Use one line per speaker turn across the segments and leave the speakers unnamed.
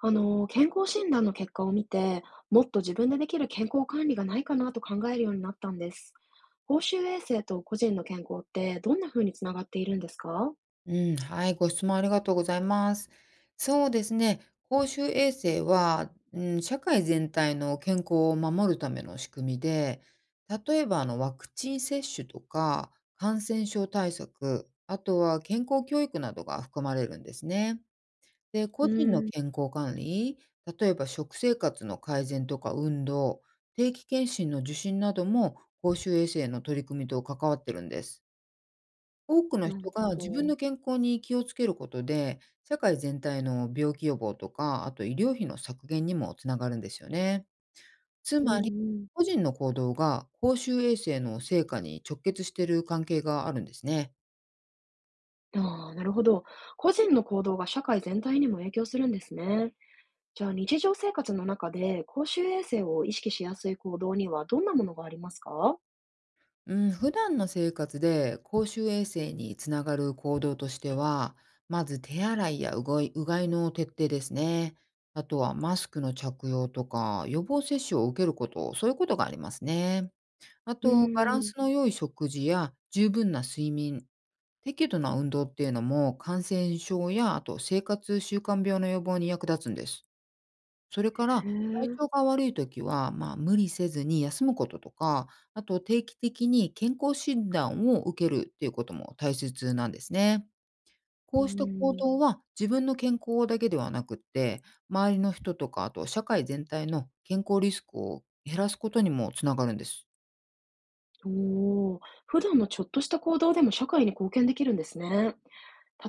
健康診断の結果を見て、もっと自分でできる健康管理がないかなと考えるようになったんです。公衆衛生と個人の健康ってどんな風につながっているんですか？
うん、はい、ご質問ありがとうございます。そうですね、公衆衛生は、社会全体の健康を守るための仕組みで、例えばワクチン接種とか感染症対策、あとは健康教育などが含まれるんですね。で、
う
個人の
ーん、
健康管理、例えば食生活の改善とか運動、定期検診の受診なども公衆衛生の取り組みと関わってるんです。多くの
なる
人
ほ
が自分
ど。
の健康に気をつけることで、社会全体の病気予防とか、あと医療費の削減にもつながるんですよね。つ
う
まり、
んうん。
個人の行動が公衆衛生の成果に直結している関係があるんですね。
ああ、なるほど。個人の行動が社会全体にも影響するんですね。じゃあ日常生活の中で公衆衛生を意識しやすい行動にはどんなものがありますか？
うん、普段の生活で公衆衛生につながる行動としては、まず手洗いやうがいの徹底ですね。あとはマスクの着用とか、予防接種を受けること、そういうことがありますね。あ
う
と、バラン
ーん。
スの良い食事や十分な睡眠、適度な運動っていうのも感染症やあと生活習慣病の予防に役立つんです。それから
へ
体
え。
調が悪い時は、無理せずに休むこととか、あと定期的に健康診断を受けるっていうことも大切なんですね。
うー
こうした行
ん。
動は自分の健康だけではなくって、周りの人とか、あと社会全体の健康リスクを減らすことにもつながるんです。
おお、普段のちょっとした行動でも社会に貢献できるんですね。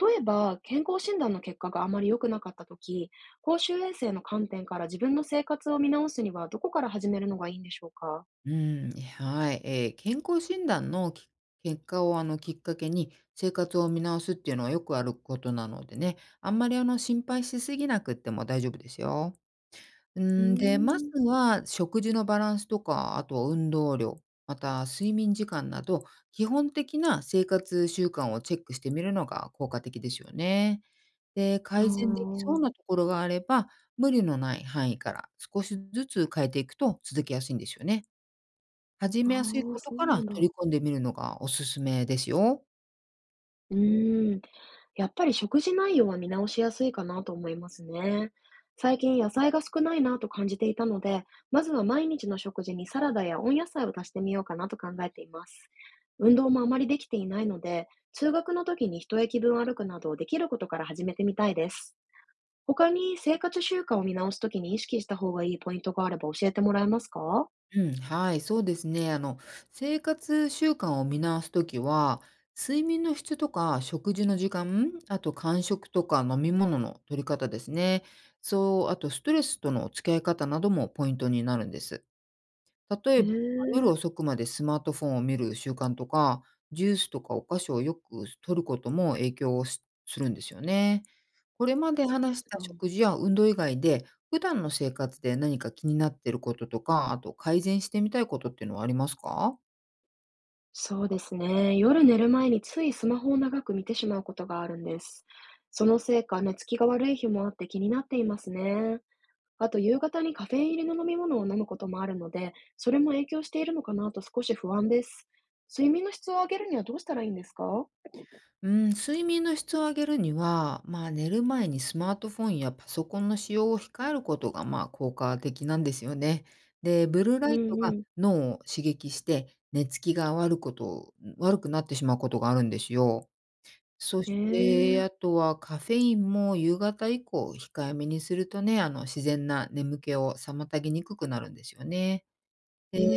例えば、健康診断の結果があまり良くなかったとき、公衆衛生の観点から自分の生活を見直すにはどこから始めるのがいいんでしょうか？
うん、はい、健康診断の結果をきっかけに生活を見直すっていうのはよくあることなのでね、あんまり心配しすぎなくっても大丈夫ですよ。う
うー
で、まず
ん。
は食事のバランスとか、あとは運動量、また睡眠時間など、基本的な生活習慣をチェックしてみるのが効果的ですよね。で、改善でき
あ
そうなところがあれば、無理のない範囲から少しずつ変えていくと続けやすいんですよね。始
あ、
めやすい
ああ、
こと
そう
か
な
ら
んだ。
取り込んでみるのがおすすめですよ。
うーん。やっぱり食事内容は見直しやすいかなと思いますね。最近野菜が少ないなと感じていたので、まずは毎日の食事にサラダや温野菜を足してみようかなと考えています。運動もあまりできていないので、通学の時に一駅分歩くなどできることから始めてみたいです。他に生活習慣を見直すときに意識した方がいいポイントがあれば教えてもらえますか？
うん、はい、そうですね。生活習慣を見直すときは、睡眠の質とか食事の時間、あと間食とか飲み物の取り方ですね。そう、あとストレスとの付き合い方などもポイントになるんです。例
へ
えば、夜
え、
遅くまでスマートフォンを見る習慣とか、ジュースとかお菓子をよく摂ることも影響をするんですよね。これまで
そ
話した
うなんだ。
食事や運動以外で、普段の生活で何か気になっていることとか、あと改善してみたいことっていうのはありますか？
そうですね。夜寝る前についスマホを長く見てしまうことがあるんです。そのせいか寝つきが悪い日もあって気になっていますね。あと夕方にカフェイン入りの飲み物を飲むこともあるので、それも影響しているのかなと少し不安です。睡眠の質を上げるにはどうしたらいいんですか？
うん、睡眠の質を上げるには、寝る前にスマートフォンやパソコンの使用を控えることが、効果的なんですよね。で、ブルーラ
う
イト
んう
が
ん。
脳を刺激して、寝つきが悪こと、悪くなってしまうことがあるんですよ。そ
え
して、
え。
あとはカフェインも夕方以降控えめにするとね、自然な眠気を妨げにくくなるんですよね。で、
う
寝
んう
る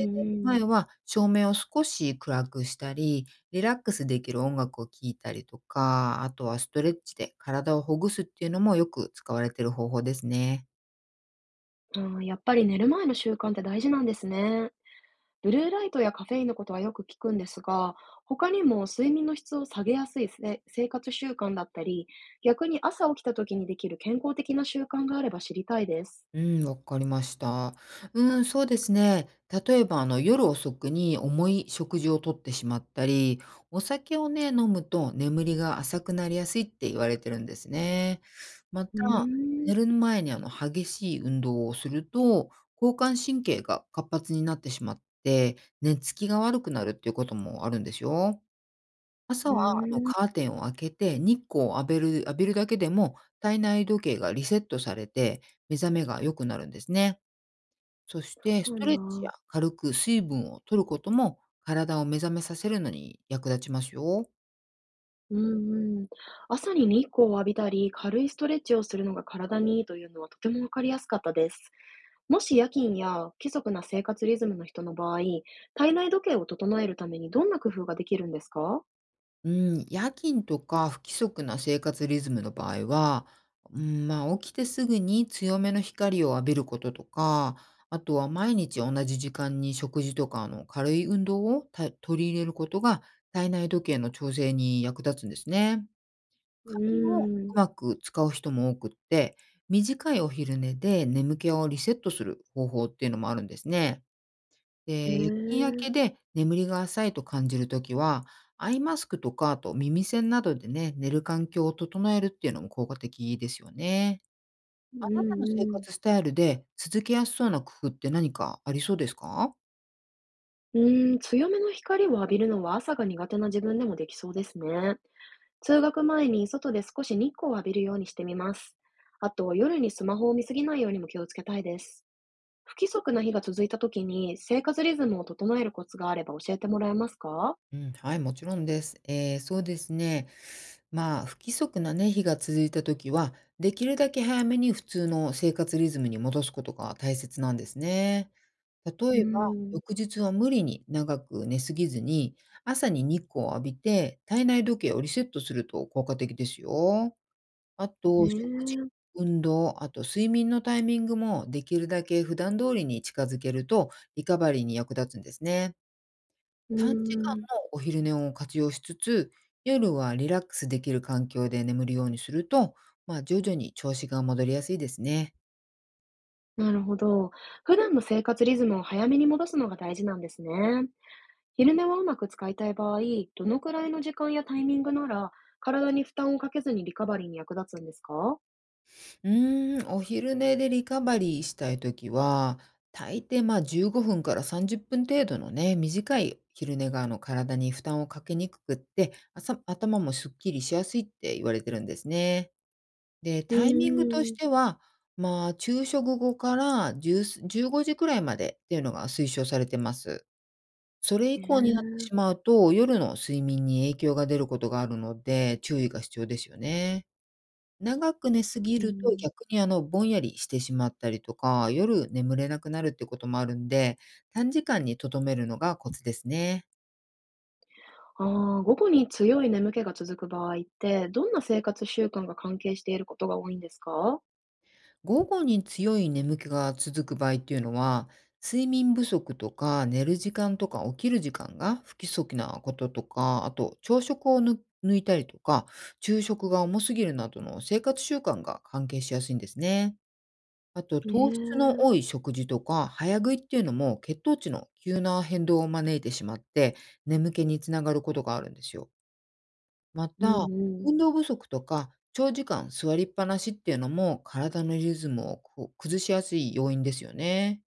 ん。
前は照明を少し暗くしたり、リラックスできる音楽を聴いたりとか、あとはストレッチで体をほぐすっていうのもよく使われてる方法ですね。
ああ、やっぱり寝る前の習慣って大事なんですね。ブルーライトやカフェインのことはよく聞くんですが、他にも睡眠の質を下げやすい生活習慣だったり、逆に朝起きた時にできる健康的な習慣があれば知りたいです。
うん、わかりました。うん、そうですね。例えば、夜遅くに重い食事をとってしまったり、お酒をね、飲むと眠りが浅くなりやすいって言われてるんですね。また、
うーん、
寝る前に激しい運動をすると、交感神経が活発になってしまって、寝つきが悪くなるっていうこともあるんですよ。朝
う
は、
ーん、
カーテンを開けて、日光を浴びるだけでも、体内時計がリセットされて、目覚めが良くなるんですね。そして、
そ
ス
う
ト
な
レッチ
ん
や
だ。
軽く水分を取ることも、体を目覚めさせるのに役立ちますよ。
うんうん。朝に日光を浴びたり、軽いストレッチをするのが体にいいというのはとてもわかりやすかったです。もし夜勤や不規則な生活リズムの人の場合、体内時計を整えるためにどんな工夫ができるんですか？
うん、夜勤とか不規則な生活リズムの場合は、起きてすぐに強めの光を浴びることとか、あとは毎日同じ時間に食事とか軽い運動を取り入れることが体内時計の調整に役立つんですね。
う
髪を
ーん。
うまく使う人も多くって、短いお昼寝で眠気をリセットする方法っていうのもあるんですね。
へ
で、夜勤明
え。
けで眠りが浅いと感じるときは、アイマスクとか、あと耳栓などでね、寝る環境を整えるっていうのも効果的ですよね。
う
あなたの
ん
生
うん。
活スタイルで続けやすそうな工夫って何かありそうですか？
うーん、強めの光を浴びるのは朝が苦手な自分でもできそうですね。通学前に外で少し日光を浴びるようにしてみます。あと、夜にスマホを見すぎないようにも気をつけたいです。不規則な日が続いた時に生活リズムを整えるコツがあれば教えてもらえますか？
うん、はい、もちろんです。ええ、そうですね。不規則なね、日が続いたときは、できるだけ早めに普通の生活リズムに戻すことが大切なんですね。
うー
例えば、
ん、ね
翌日は無理に長く寝すぎずに、朝に日光を浴びて体内時計をリセットすると効果的ですよ。あと、食事、
え。
運動、あと睡眠のタイミングもできるだけ普段通りに近づけると、リカバリーに役立つんですね。
うー
短時間
ん、
のお昼寝を活用しつつ、夜はリラックスできる環境で眠るようにすると、徐々に調子が戻りやすいですね。
なるほど。普段の生活リズムを早めに戻すのが大事なんですね。昼寝はうまく使いたい場合、どのくらいの時間やタイミングなら、体に負担をかけずにリカバリーに役立つんですか？
うーん、お昼寝でリカバリーしたいときは、大抵15分から30分程度のね、短い昼寝が体に負担をかけにくくって、頭もすっきりしやすいって言われてるんですね。で、
う
タイミングとし
ーん。
ては、昼食後から15時くらいまでっていうのが推奨されてます。それ以
ね
降になってし
え。
まうと、夜の睡眠に影響が出ることがあるので、注意が必要ですよね。長く寝すぎ
う
ると、
ん。
逆に、ぼんやりしてしまったりとか、夜眠れなくなるってこともあるんで、短時間にとどめるのがコツですね。
ああ、午後に強い眠気が続く場合って、どんな生活習慣が関係していることが多いんですか？
午後に強い眠気が続く場合っていうのは、睡眠不足とか、寝る時間とか起きる時間が不規則なこととか、あと朝食を抜いたりとか、昼食が重すぎるなどの生活習慣が関係しやすいんですね。あと、
ね
糖質の多
え。
い食事とか、早食いっていうのも血糖値の急な変動を招いてしまって、眠気につながることがあるんですよ。ま
う
た、
んうん。
運動不足とか、長時間座りっぱなしっていうのも体のリズムをこう崩しやすい要因ですよね。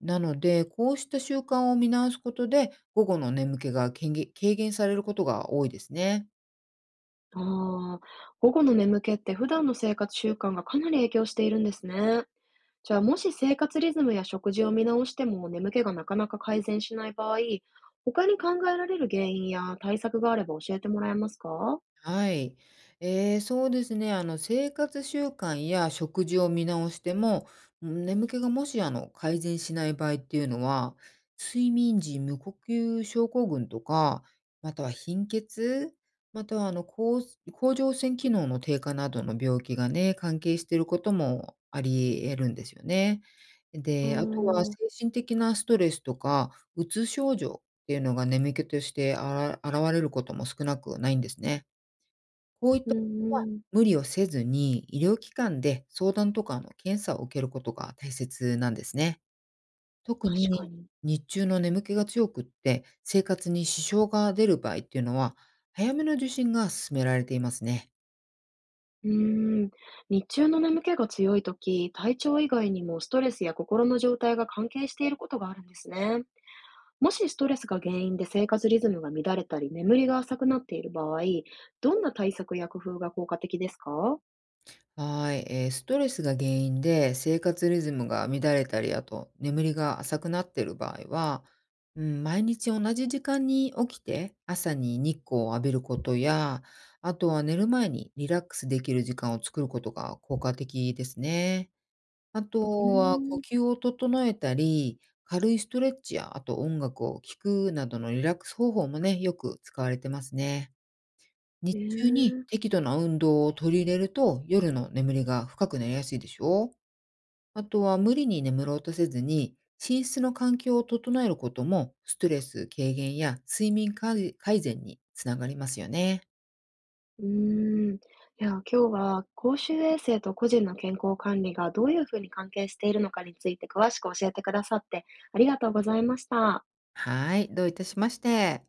なので、こうした習慣を見直すことで、午後の眠気が軽減されることが多いですね。
ああ、午後の眠気って普段の生活習慣がかなり影響しているんですね。じゃあ、もし生活リズムや食事を見直しても眠気がなかなか改善しない場合、他に考えられる原因や対策があれば教えてもらえますか？
はい。そうですね。生活習慣や食事を見直しても、眠気がもし改善しない場合っていうのは、睡眠時無呼吸症候群とか、または貧血、または甲状腺機能の低下などの病気がね、関係していることもあり得るんですよね。
うー
で、あとは精
ん、
神的なストレスとか、うつ症状っていうのが眠気として現れることも少なくないんですね。こういった
う
こ
ん
とは
うん、
無理をせずに、医療機関で相談とか、検査を受けることが大切なんですね。特
確か
に
に。
日中の眠気が強くって、生活に支障が出る場合っていうのは、早めの受診が勧められていますね。
うーん、日中の眠気が強いとき、体調以外にもストレスや心の状態が関係していることがあるんですね。もしストレスが原因で生活リズムが乱れたり、眠りが浅くなっている場合、どんな対策や工夫が効果的ですか？
はい、ストレスが原因で生活リズムが乱れたり、あと眠りが浅くなっている場合は、うん、毎日同じ時間に起きて朝に日光を浴びることや、あとは寝る前にリラックスできる時間を作ることが効果的ですね。あと
うー
は
ん、
呼
ね
吸を整えたり、軽いストレッチや、あと音楽を聴くなどのリラックス方法もね、よく使われてますね。日中に
え。
適度な運動を取り入れると、夜の眠りが深くなりやすいでしょう。あとは無理に眠ろうとせずに、寝室の環境を整えることも、ストレス軽減や睡眠改善につながりますよね。
うーん。いや、今日は公衆衛生と個人の健康管理がどういうふうに関係しているのかについて詳しく教えてくださってありがとうございました。
はい、どういたしまして。